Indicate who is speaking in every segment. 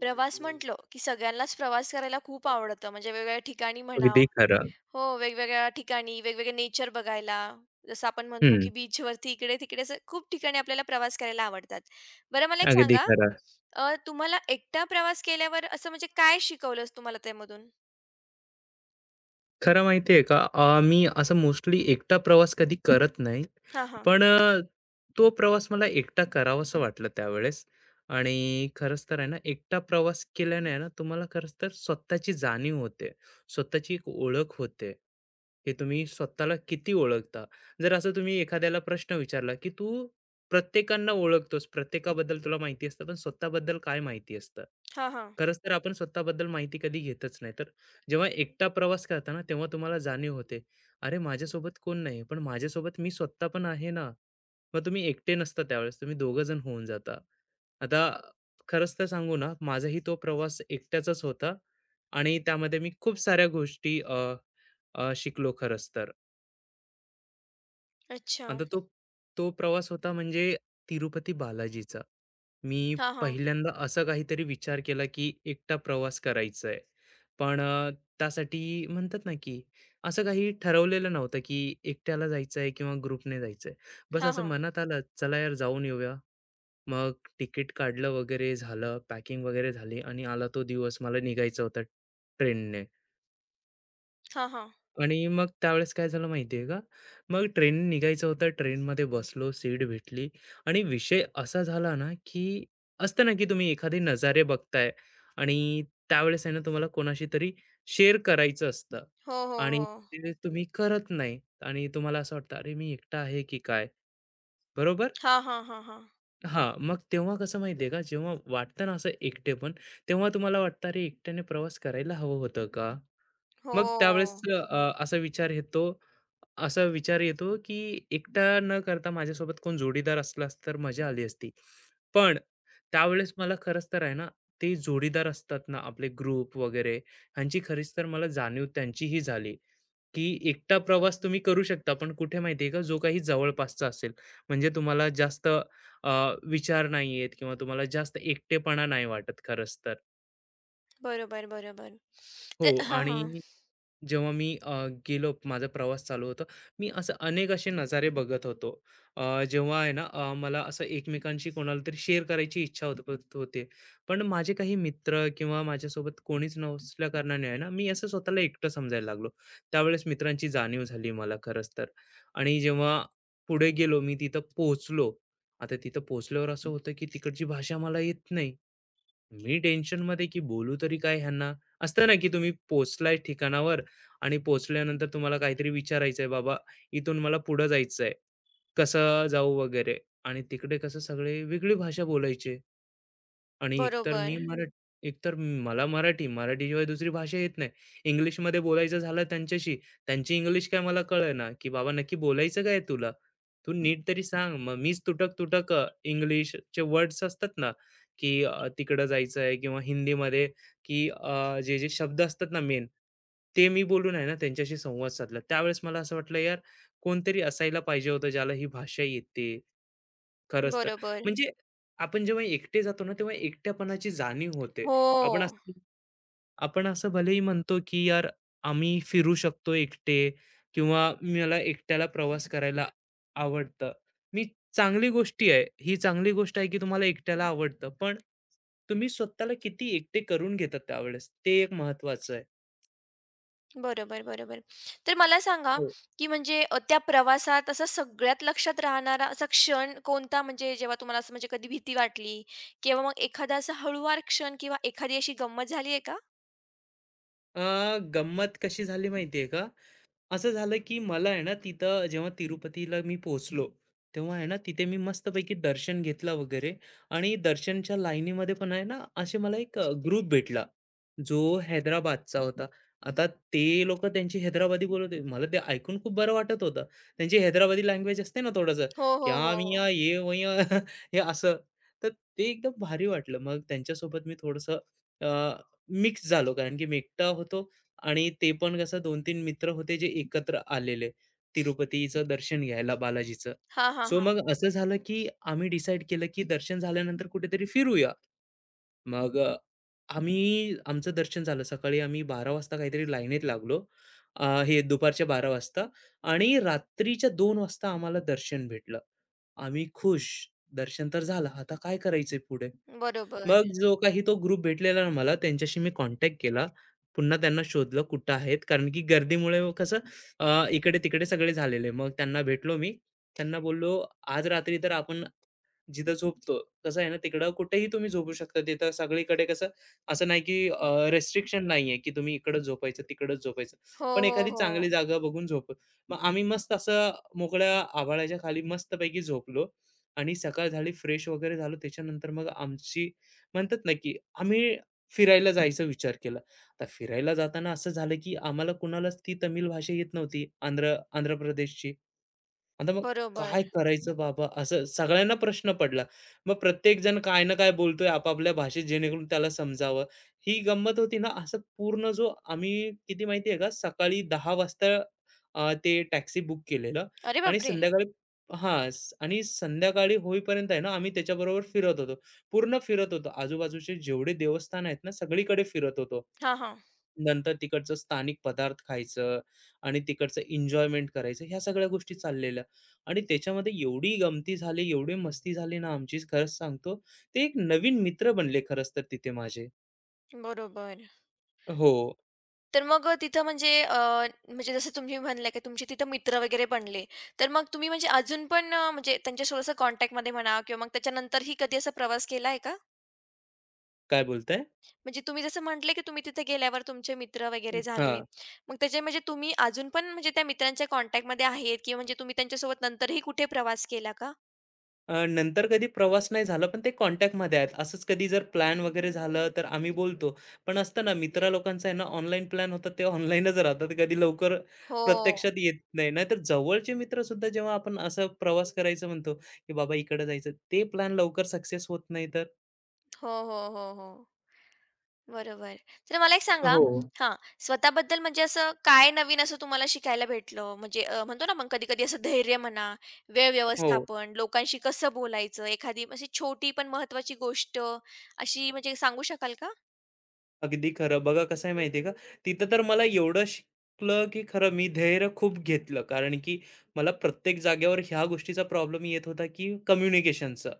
Speaker 1: प्रवास म्हटलं, की सगळ्यांनाच प्रवास करायला खूप आवडतं. म्हणजे वेगवेगळ्या ठिकाणी म्हणा
Speaker 2: अगदी खरं.
Speaker 1: हो, वेगवेगळ्या ठिकाणी, वेगवेगळे नेचर बघायला. जसं आपण म्हणतो,
Speaker 2: हं.
Speaker 1: की बीचवरती इकडे-तिकडे असं खूप ठिकाणी आपल्याला प्रवास करायला आवडतात. बरं मला एक
Speaker 2: अगदी
Speaker 1: सांगा,
Speaker 2: खरं.
Speaker 1: तुम्हाला एकटा प्रवास केल्यावर असं म्हणजे काय शिकवलं तुम्हाला त्यामधून?
Speaker 2: खरं माहिती का? मी असं मोस्टली एकटा प्रवास कधी करत नाही.
Speaker 1: हां, हां.
Speaker 2: पण अ, तो प्रवास मला एकटा करावासा वाटला त्यावेळेस आणि खरंच तर आहे ना, एकटा प्रवास केल्याने आहे ना, तुम्हाला खरंच तर स्वतःची जाणीव होते. स्वतःची एक ओळख होते, की तुम्ही स्वतःला किती ओळखता. जर असं तुम्ही एखाद्याला प्रश्न विचारला, की "तू प्रत्येकांना ओळखतोस, प्रत्येकाबद्दल तुला माहिती असतं, पण स्वतःबद्दल काय माहिती असतं?"
Speaker 1: हां, हां.
Speaker 2: खरंच तर आपण स्वतःबद्दल माहिती कधी घेतच नाही. तर जेव्हा एकटा प्रवास करता ना, तेव्हा तुम्हाला जाणीव होते, "अरे, माझ्यासोबत कोण नाही, पण माझ्यासोबत मी स्वतः पण आहे ना." मग तुम्ही एकटे नसता त्यावेळेस, तुम्ही दोघं जण होऊन जाता. आता खरंच तर सांगू ना, माझाही तो प्रवास एकट्याचाच होता आणि त्यामध्ये मी खूप साऱ्या गोष्टी अ, अ, शिकलो खरंच तर.
Speaker 1: अच्छा.
Speaker 2: आता तो तो प्रवास होता म्हणजे तिरुपती बालाजीचा. मी
Speaker 1: हां, हां.
Speaker 2: पहिल्यांदा असा काहीतरी विचार केला, की एकटा प्रवास करायचा आहे. पण त्यासाठी म्हणतात ना, की असं काही ठरवलेलं नव्हतं, की एकट्याला जायचं आहे किंवा ग्रुपने जायचं आहे. बस
Speaker 1: हां,
Speaker 2: असं
Speaker 1: हां.
Speaker 2: मनात आलं, "चला यार जाऊन येऊया." मग तिकीट काढलं वगैरे झालं, पॅकिंग वगैरे झाली आणि आला तो दिवस मला निघायचा होता ट्रेनने.
Speaker 1: हां, हां.
Speaker 2: आणि मग त्यावेळेस काय झालं माहिती आहे का? मग ट्रेन निघायचं होतं, ट्रेनमध्ये बसलो, सीट भेटली आणि विषय असा झाला ना, की असतं ना, की तुम्ही एखादे नजारे बघताय आणि त्यावेळेस आहे ना, तुम्हाला कोणाशी तरी शेअर करायचं असतं
Speaker 1: हो, हो,
Speaker 2: आणि
Speaker 1: हो.
Speaker 2: ते तुम्ही करत नाही आणि तुम्हाला असं वाटतं, "अरे, मी एकटा आहे की काय?" बरोबर?
Speaker 1: हां, हां, हां, हां.
Speaker 2: हां, मग तेव्हा कसं माहिती का, जेव्हा वाटतं ना असं एकटेपण, तेव्हा तुम्हाला वाटतं, "अरे, एकट्याने प्रवास करायला हवं होतं का?" मग त्यावेळेस
Speaker 1: हो.
Speaker 2: असा विचार येतो असा विचार येतो की एकटा न करता माझ्यासोबत कोण जोडीदार असला असता तर मजा आली असती. पण त्यावेळेस मला खरंच तर आहे ना, ते जोडीदार असतात ना आपले ग्रुप वगैरे, ह्यांची खरीच तर मला जाणीव त्यांचीही झाली, की एकटा प्रवास तुम्ही करू शकता, पण कुठे माहिती का, जो काही जवळपासचा असेल. म्हणजे तुम्हाला जास्त अ, विचार नाही आहेत किंवा तुम्हाला जास्त एकटेपणा नाही वाटत खरंच तर.
Speaker 1: बरोबर, बरोबर. ते
Speaker 2: हो
Speaker 1: हां, हां.
Speaker 2: आणि जेव्हा मी गेलो माझा प्रवास चालू होता मी असं अनेक असे नजारे बघत होतो जेव्हा आहे ना मला असं एकमेकांशी कोणाला तरी शेअर करायची इच्छा होत होत होते पण माझे काही मित्र किंवा माझ्यासोबत कोणीच नसल्या कारणाने आहे ना मी असं स्वतःला एकटं समजायला लागलो त्यावेळेस मित्रांची जाणीव झाली मला खरंच तर आणि जेव्हा पुढे गेलो मी तिथं पोहोचलो. आता तिथं पोहोचल्यावर असं होतं की तिकडची भाषा मला येत नाही. मी टेन्शनमध्ये की बोलू तरी काय ह्यांना? असतं ना की तुम्ही पोहोचलाय ठिकाणावर आणि पोहोचल्यानंतर तुम्हाला काहीतरी विचारायचंय, "बाबा, इथून मला पुढं जायचंय. कसं जाऊ?" वगैरे. आणि तिकडे कसं सगळे वेगळी भाषा बोलायचे. आणि
Speaker 1: बरोबर.
Speaker 2: एकतर मला मराठी, मराठीशिवाय दुसरी भाषा येत नाही. इंग्लिशमध्ये बोलायचं झालं त्यांच्याशी, त्यांची इंग्लिश काय मला कळेना, की "बाबा नक्की बोलायचं काय आहे तुला? तू नीट तरी सांग." मग मीच तुटक-तुटक इंग्लिशचे वर्ड्स असतात ना, की तिकडं जायचं आहे किंवा हिंदीमध्ये की जे-जे शब्द असतात ना मेन, ते मी बोलून आहे ना त्यांच्याशी संवाद साधला. त्यावेळेस मला असं वाटलं, यार कोणतरी असायला पाहिजे होतं ज्याला ही भाषा येते. खरंच तर.
Speaker 1: बरोबर.
Speaker 2: म्हणजे आपण जेव्हा एकटे जातो ना, तेव्हा एकटेपणाची जाणीव होते.
Speaker 1: हो.
Speaker 2: आपण असं आपण असं भलेही म्हणतो, की यार आम्ही फिरू शकतो एकटे किंवा मला एकट्याला प्रवास करायला आवडतं. मी चांगली गोष्टी आहे. ही चांगली गोष्ट आहे, की तुम्हाला एकट्याला आवडतं. पण तुम्ही स्वतःला किती एकटे करून घेतात त्यावेळेस, ते एक महत्त्वाचं आहे.
Speaker 1: बरोबर, बरोबर. तर मला सांगा,
Speaker 2: हो.
Speaker 1: की म्हणजे त्या प्रवासात असा सगळ्यात लक्षात राहणारा असा क्षण कोणता म्हणजे जेव्हा तुम्हाला असं म्हणजे कधी भीती वाटली किंवा मग एखादा असा हळूवार क्षण किंवा एखादी अशी गंमत झाली आहे का?
Speaker 2: अ, गंमत कशी झाली माहिती का? असं झालं की मला आहे ना तिथं जेव्हा तिरुपतीला मी पोहोचलो, तेव्हा आहे ना तिथे मी मस्तपैकी दर्शन घेतलं वगैरे आणि दर्शनच्या लाईनीमध्ये पण आहे ना, असे मला एक ग्रुप भेटला, जो हैदराबादचा होता. आता ते लोकं त्यांची हैदराबादी बोलत होते. मला ते ऐकून खूप बरं वाटत होतं. त्यांची हैदराबादी लँग्वेज असते ना थोडंसं,
Speaker 1: हो, हो,
Speaker 2: "क्या
Speaker 1: हो.
Speaker 2: मियाँ ये वोयाँ" हे असं. तर ते एकदम भारी वाटलं. मग त्यांच्यासोबत मी थोडंसं मिक्स झालो कारण की मी एकटा होतो आणि ते पण कसं 2-3 मित्र होते जे एकत्र आलेले तिरुपतीचं दर्शन घ्यायला बालाजीचं.
Speaker 1: हां,
Speaker 2: सो
Speaker 1: हां,
Speaker 2: मग असं झालं, की आम्ही डिसाईड केलं, की दर्शन झाल्यानंतर कुठेतरी फिरूया. मग आम्ही आमचं दर्शन झालं. सकाळी आम्ही 12 वाजता काहीतरी लाईनीत लागलो. हे दुपारच्या 12 वाजता आणि रात्रीच्या 2 वाजता आम्हाला दर्शन भेटलं. आम्ही खुश. दर्शन तर झालं. आता काय करायचंय पुढे?
Speaker 1: हां.
Speaker 2: मग
Speaker 1: बरोबर.
Speaker 2: जो काही तो ग्रुप भेटलेला ना मला, त्यांच्याशी मी कॉन्टॅक्ट केला. पुन्हा त्यांना शोधलं कुठं आहेत, कारण की गर्दीमुळे कसं इकडे-तिकडे सगळे झालेले. मग त्यांना भेटलो मी. त्यांना बोललो, "आज रात्री तर आपण जिथं झोपतो. कसं आहे ना, तिकडं कुठेही तुम्ही झोपू शकता. तिथं सगळीकडे कसं असं नाही, की रिस्ट्रिक्शन नाहीये, की तुम्ही इकडंच झोपायचं, तिकडंच झोपायचं.
Speaker 1: हो,
Speaker 2: पण
Speaker 1: हो,
Speaker 2: एखादी
Speaker 1: हो.
Speaker 2: चांगली जागा बघून झोपू." मग आम्ही मस्त असं मोकळ्या आभाळाच्या खाली मस्तपैकी झोपलो आणि सकाळ झाली, फ्रेश वगैरे झालो. त्याच्यानंतर मग आमची म्हणतात ना, की आम्ही फिरायला जायचा विचार केला. आता फिरायला जाताना असं झालं, की आम्हाला कुणालाच ती तमिळ भाषा येत नव्हती, आंध्र आंध्र प्रदेशची. आता मग काय
Speaker 1: बरोबर.
Speaker 2: करायचं बाबा? असं सगळ्यांना प्रश्न पडला. मग प्रत्येकजण काय ना काय बोलतोय आपापल्या भाषेत जेणेकरून त्याला समजावं. ही गंमत होती ना, असं पूर्ण जो आम्ही किती माहिती आहे का सकाळी 10 वाजता ते टॅक्सी बुक केलेलं
Speaker 1: अरे
Speaker 2: आणि
Speaker 1: बापरे!
Speaker 2: संध्याकाळी हां आणि संध्याकाळी होईपर्यंत आहे ना, आम्ही त्याच्याबरोबर फिरत होतो. पूर्ण फिरत होतो. आजूबाजूचे जेवढे देवस्थान आहेत ना, सगळीकडे फिरत होतो.
Speaker 1: हां, हां.
Speaker 2: नंतर तिकडचं स्थानिक पदार्थ खायचं आणि तिकडचं एन्जॉयमेंट करायचं ह्या सगळ्या गोष्टी चाललेल्या. आणि त्याच्यामध्ये एवढी गमती झाली, एवढी मस्ती झाली ना आमची खरंच सांगतो. ते एक नवीन मित्र बनले खरंच तर तिथे माझे.
Speaker 1: बरोबर.
Speaker 2: हो.
Speaker 1: तर मग तिथं म्हणजे म्हणजे जसं तुम्ही म्हणल्या, की तुमचे तिथं मित्र वगैरे बनले. तर मग तुम्ही म्हणजे अजून पण म्हणजे त्यांच्यासोबत असं कॉन्टॅक्टमध्ये म्हणा किंवा मग त्याच्यानंतरही कधी असा प्रवास केला आहे का?
Speaker 2: काय बोलताय?
Speaker 1: म्हणजे तुम्ही जसं म्हटले, की तुम्ही तिथे गेल्यावर तुमचे मित्र वगैरे झाले.
Speaker 2: हां.
Speaker 1: मग त्याचे म्हणजे तुम्ही अजून पण म्हणजे त्या मित्रांच्या कॉन्टॅक्टमध्ये आहेत किंवा म्हणजे तुम्ही त्यांच्यासोबत नंतरही कुठे प्रवास केला का?
Speaker 2: नंतर कधी प्रवास नाही झाला, पण ते कॉन्टॅक्टमध्ये आहेत. असंच कधी जर प्लॅन वगैरे झालं, तर आम्ही बोलतो. पण असतं ना मित्र लोकांचा आहे ना ऑनलाईन प्लॅन होतात, ते ऑनलाईनच राहतात. कधी लवकर
Speaker 1: हो.
Speaker 2: प्रत्यक्षात येत नाही. नाहीतर जवळचे मित्रसुद्धा जेव्हा आपण असा प्रवास करायचं म्हणतो, की बाबा इकडे जायचं, ते प्लॅन लवकर सक्सेस होत नाही तर.
Speaker 1: हो, हो, हो, हो. बरोबर. तर मला एक सांगा,
Speaker 2: हो,
Speaker 1: हां, स्वतःबद्दल म्हणजे असं काय नवीन असं तुम्हाला शिकायला भेटलं? म्हणजे म्हणतो ना आपण कधी-कधी असं धैर्य म्हणा, वेळ
Speaker 2: हो.
Speaker 1: व्यवस्थापन, लोकांशी कसं बोलायचं, एखादी अशी छोटी पण महत्त्वाची गोष्ट अशी म्हणजे सांगू शकाल का?
Speaker 2: अगदी खरं. बघा कसं आहे माहिती आहे का? तिथं तर मला एवढं शिकलं, की खरं मी धैर्य खूप घेतलं. कारण की मला प्रत्येक जागेवर ह्या गोष्टीचा प्रॉब्लेम येत होता, की कम्युनिकेशनचा.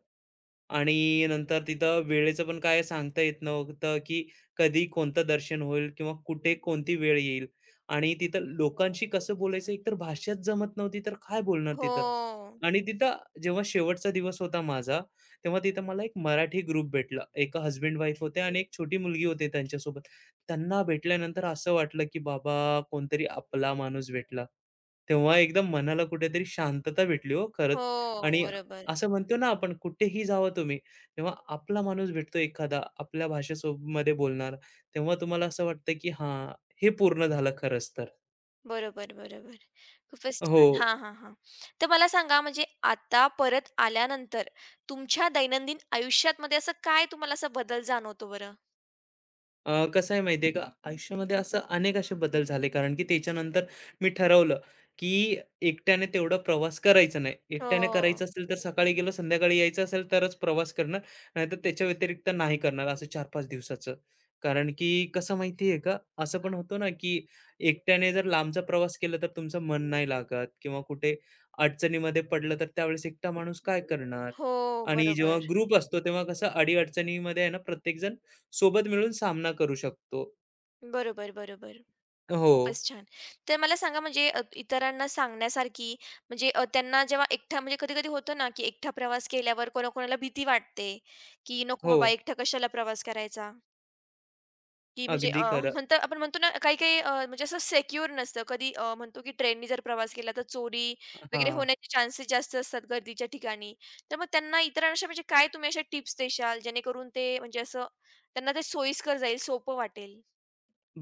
Speaker 2: आणि नंतर तिथं वेळेचं पण काय सांगता येत नव्हतं, की कधी कोणतं दर्शन होईल किंवा कुठे कोणती वेळ येईल आणि तिथं लोकांशी कसं बोलायचं एकतर भाषाच जमत नव्हती, तर काय बोलणार तिथं?
Speaker 1: हो.
Speaker 2: आणि तिथं जेव्हा शेवटचा दिवस होता माझा, तेव्हा तिथं मला एक मराठी ग्रुप भेटला. एक हसबँड वाईफ होते आणि एक छोटी मुलगी होती त्यांच्यासोबत. त्यांना भेटल्यानंतर असं वाटलं, की बाबा कोणतरी आपला माणूस भेटला. तेव्हा एकदम मनाला कुठेतरी शांतता भेटली हो खरंच.
Speaker 1: हो,
Speaker 2: आणि
Speaker 1: बरोबर.
Speaker 2: असं म्हणतो ना आपण कुठेही जावं तुम्ही, तेव्हा आपला माणूस भेटतो एखादा आपल्या भाषेसोब मध्ये बोलणारा, तेव्हा तुम्हाला असं वाटतं की हां, हे पूर्ण झालं खरंच तर.
Speaker 1: बरोबर, बरोबर. खूपच
Speaker 2: हो.
Speaker 1: छान. हां, हां, हां. तर मला सांगा म्हणजे आता परत आल्यानंतर तुमच्या दैनंदिन आयुष्यात मध्ये असं काय तुम्हाला असा बदल जाणवतो बरं?
Speaker 2: कसं आहे माहिती आहे का, आयुष्यामध्ये असं अनेक असे बदल झाले, कारण की त्याच्यानंतर मी ठरवलं, की एकट्याने तेवढा प्रवास करायचा नाही. एकट्याने करायचं
Speaker 1: हो.
Speaker 2: असेल तर सकाळी गेलो, संध्याकाळी यायचं असेल तरच प्रवास करणार, नाहीतर त्याच्या व्यतिरिक्त नाही करणार असं 4-5 दिवसाचं. कारण की कसं माहिती का, असं पण होतं ना, की एकट्याने जर लांबचा प्रवास केला तर तुमचं मन नाही लागत किंवा कुठे अडचणीमध्ये पडलं तर त्यावेळेस एकटा माणूस काय करणार?
Speaker 1: हो,
Speaker 2: आणि जेव्हा
Speaker 1: बरोबर.
Speaker 2: ग्रुप असतो तेव्हा कसं अडी-अडचणीमध्ये आहे ना प्रत्येकजण सोबत मिळून सामना करू शकतो.
Speaker 1: बरोबर, बरोबर.
Speaker 2: हो,
Speaker 1: खूपच छान. तर मला सांगा म्हणजे इतरांना सांगण्यासारखी म्हणजे त्यांना जेव्हा एकटा म्हणजे कधी-कधी होतं ना, की एकटा प्रवास केल्यावर कोणाकोणाला भीती वाटते, की नको
Speaker 2: हो.
Speaker 1: बाबा एकटा कशाला प्रवास करायचा, की म्हणजे
Speaker 2: अगदी खरं.
Speaker 1: म्हणतो आपण म्हणतो ना, काही-काही म्हणजे असं सेक्युअर नसतं. कधी म्हणतो की ट्रेननी जर प्रवास केला तर चोरी वगैरे
Speaker 2: हां.
Speaker 1: होण्याचे चान्सेस जास्त असतात गर्दीच्या ठिकाणी. तर मग त्यांना इतरांना म्हणजे काय तुम्ही अशा टिप्स देशाल जेणेकरून ते म्हणजे असं त्यांना ते सोयीस्कर जाईल, सोपं वाटेल?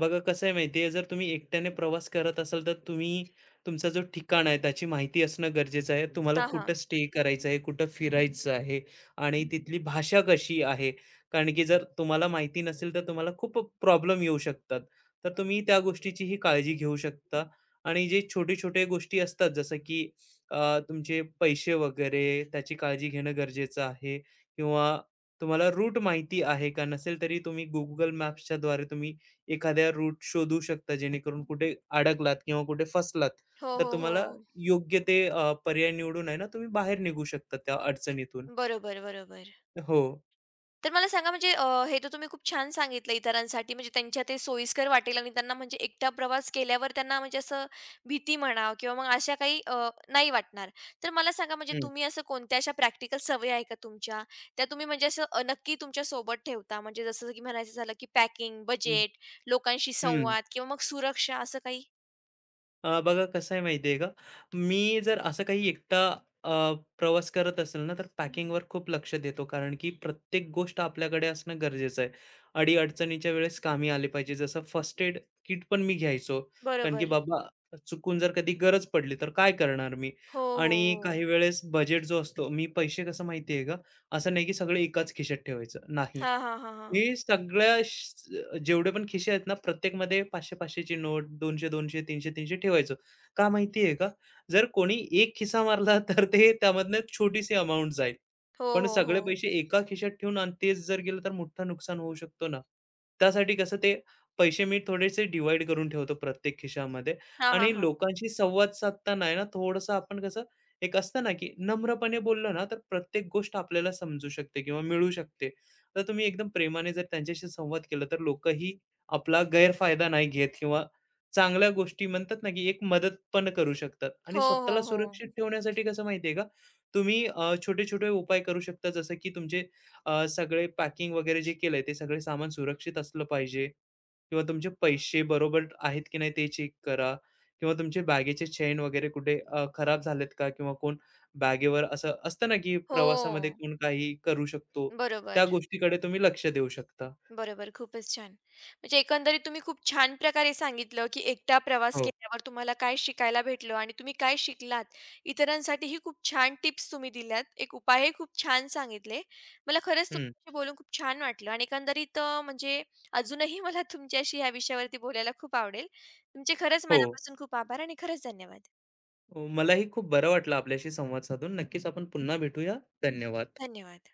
Speaker 2: बघा कसं आहे माहिती आहे जर तुम्ही एकट्याने प्रवास करत असाल तर तुम्ही तुमचा जो ठिकाण आहे त्याची माहिती असणं गरजेचं आहे तुम्हाला
Speaker 1: हां, हां.
Speaker 2: कुठं स्टे करायचं आहे कुठं फिरायचं आहे आणि तिथली भाषा कशी आहे कारण की जर तुम्हाला माहिती नसेल तर तुम्हाला खूप प्रॉब्लेम येऊ शकतात तर तुम्ही त्या गोष्टीचीही काळजी घेऊ शकता आणि जे छोटे छोटे गोष्टी असतात जसं की तुमचे पैसे वगैरे त्याची काळजी घेणं गरजेचं आहे किंवा तुम्हाला रूट माहिती आहे का नसेल तरी तुम्ही गुगल मॅप्सच्या द्वारे तुम्ही एखाद्या रूट शोधू शकता, जेणेकरून कुठे अडकलात किंवा कुठे फसलात,
Speaker 1: हो,
Speaker 2: तर
Speaker 1: हो, हो.
Speaker 2: तुम्हाला योग्य ते पर्याय निवडून आहे ना, तुम्ही बाहेर निघू शकता त्या अडचणीतून.
Speaker 1: बरोबर, बरोबर.
Speaker 2: हो.
Speaker 1: तर मला सांगा म्हणजे हे तर तुम्ही खूप छान सांगितलं इतरांसाठी म्हणजे त्यांच्या ते सोयीस्कर वाटेल आणि त्यांना म्हणजे एकटा प्रवास केल्यावर त्यांना म्हणजे असं भीती म्हणा किंवा मग अशा काही नाही वाटणार. तर मला सांगा म्हणजे
Speaker 2: हं.
Speaker 1: तुम्ही असं कोणत्या अशा प्रॅक्टिकल सवयी आहे का तुमच्या? त्या तुम्ही म्हणजे असं नक्की तुमच्या सोबत ठेवता म्हणजे जसं की म्हणायचं झालं की पॅकिंग,
Speaker 2: हं,
Speaker 1: बजेट, लोकांशी
Speaker 2: हं.
Speaker 1: संवाद किंवा मग सुरक्षा असं काही?
Speaker 2: बघा कसं आहे माहिती आहे का, मी जर असं काही एकटा अ, प्रवास करत असेल ना, तर पॅकिंगवर खूप लक्ष देतो. कारण की प्रत्येक गोष्ट आपल्याकडे असणं गरजेचं आहे. अडी-अडचणीच्या वेळेस कामी आले पाहिजे. जसं फर्स्ट एड किट पण मी घ्यायचो. कारण की
Speaker 1: बरोबर.
Speaker 2: बाबा चुकून जर कधी गरज पडली तर काय करणार मी?
Speaker 1: हो, हो,
Speaker 2: आणि काही
Speaker 1: हो.
Speaker 2: वेळेस बजेट जो असतो, मी पैसे कसं माहिती आहे का, असं नाही की सगळे एकाच खिशात ठेवायचं. नाही.
Speaker 1: हां, हां, हां, हां.
Speaker 2: मी सगळ्या जेवढे पण खिसे आहेत ना, प्रत्येकमध्ये 500-500 ची नोट, 200-200, 300-300 ठेवायचो. का माहिती आहे का? जर कोणी एक खिसा मारला तर ते त्यामधनं छोटीशी अमाउंट जाईल.
Speaker 1: हो,
Speaker 2: पण
Speaker 1: हो, हो.
Speaker 2: सगळे पैसे एका खिशात ठेवून आणि तेच जर गेलं तर मोठं नुकसान होऊ शकतो ना. त्यासाठी कसं ते पैसे मी थोडेसे डिव्हाईड करून ठेवतो प्रत्येक खिशामध्ये
Speaker 1: हां, हां,
Speaker 2: आणि
Speaker 1: हां.
Speaker 2: लोकांशी संवाद साधताना आहे ना, थोडंसं आपण कसं एक असतं ना, की नम्रपणे बोललं ना, तर प्रत्येक गोष्ट आपल्याला समजू शकते किंवा मिळू शकते. तर तुम्ही एकदम प्रेमाने जर त्यांच्याशी संवाद केला तर लोकही आपला गैरफायदा नाही घेत किंवा चांगल्या गोष्टी म्हणतात ना की एक मदत पण करू शकतात आणि
Speaker 1: हो, हो,
Speaker 2: स्वतःला
Speaker 1: हो.
Speaker 2: सुरक्षित ठेवण्यासाठी कसं माहितीये का तुम्ही छोटे छोटे उपाय करू शकता जसं की तुमचे सगळे पॅकिंग वगैरे जे केलंय ते सगळे सामान सुरक्षित असलं पाहिजे किंवा तुमचे पैसे बरोबर आहेत की नाही ते चेक करा किंवा तुमचे बॅगेचे चेन वगैरे कुठे खराब झालेत का किंवा कोण बॅगेवर असं असतं ना की प्रवासामध्ये
Speaker 1: हो.
Speaker 2: कोण काही करू शकतो त्या
Speaker 1: बरोबर,
Speaker 2: गोष्टीकडे तुम्ही लक्ष देऊ शकता.
Speaker 1: बरोबर. खूपच छान. म्हणजे एकंदरीत तुम्ही खूप छान प्रकारे सांगितलं, की एकटा प्रवास
Speaker 2: हो.
Speaker 1: केल्यावर तुम्हाला काय शिकायला भेटलं आणि तुम्ही काय शिकलात. इतरांसाठीही खूप छान टिप्स तुम्ही दिल्यात. एक उपायही खूप छान सांगितले. मला खरंच
Speaker 2: हं,
Speaker 1: तुमच्याशी बोलून खूप छान वाटलं आणि एकंदरीत म्हणजे अजूनही मला तुमच्याशी ह्या विषयावरती बोलायला खूप आवडेल. तुमचे खरंच
Speaker 2: हो.
Speaker 1: मनापासून खूप आभार आणि खरंच धन्यवाद.
Speaker 2: मलाही खूप बरं वाटलं आपल्याशी संवाद साधून. नक्कीच आपण पुन्हा भेटूया. धन्यवाद.
Speaker 1: धन्यवाद.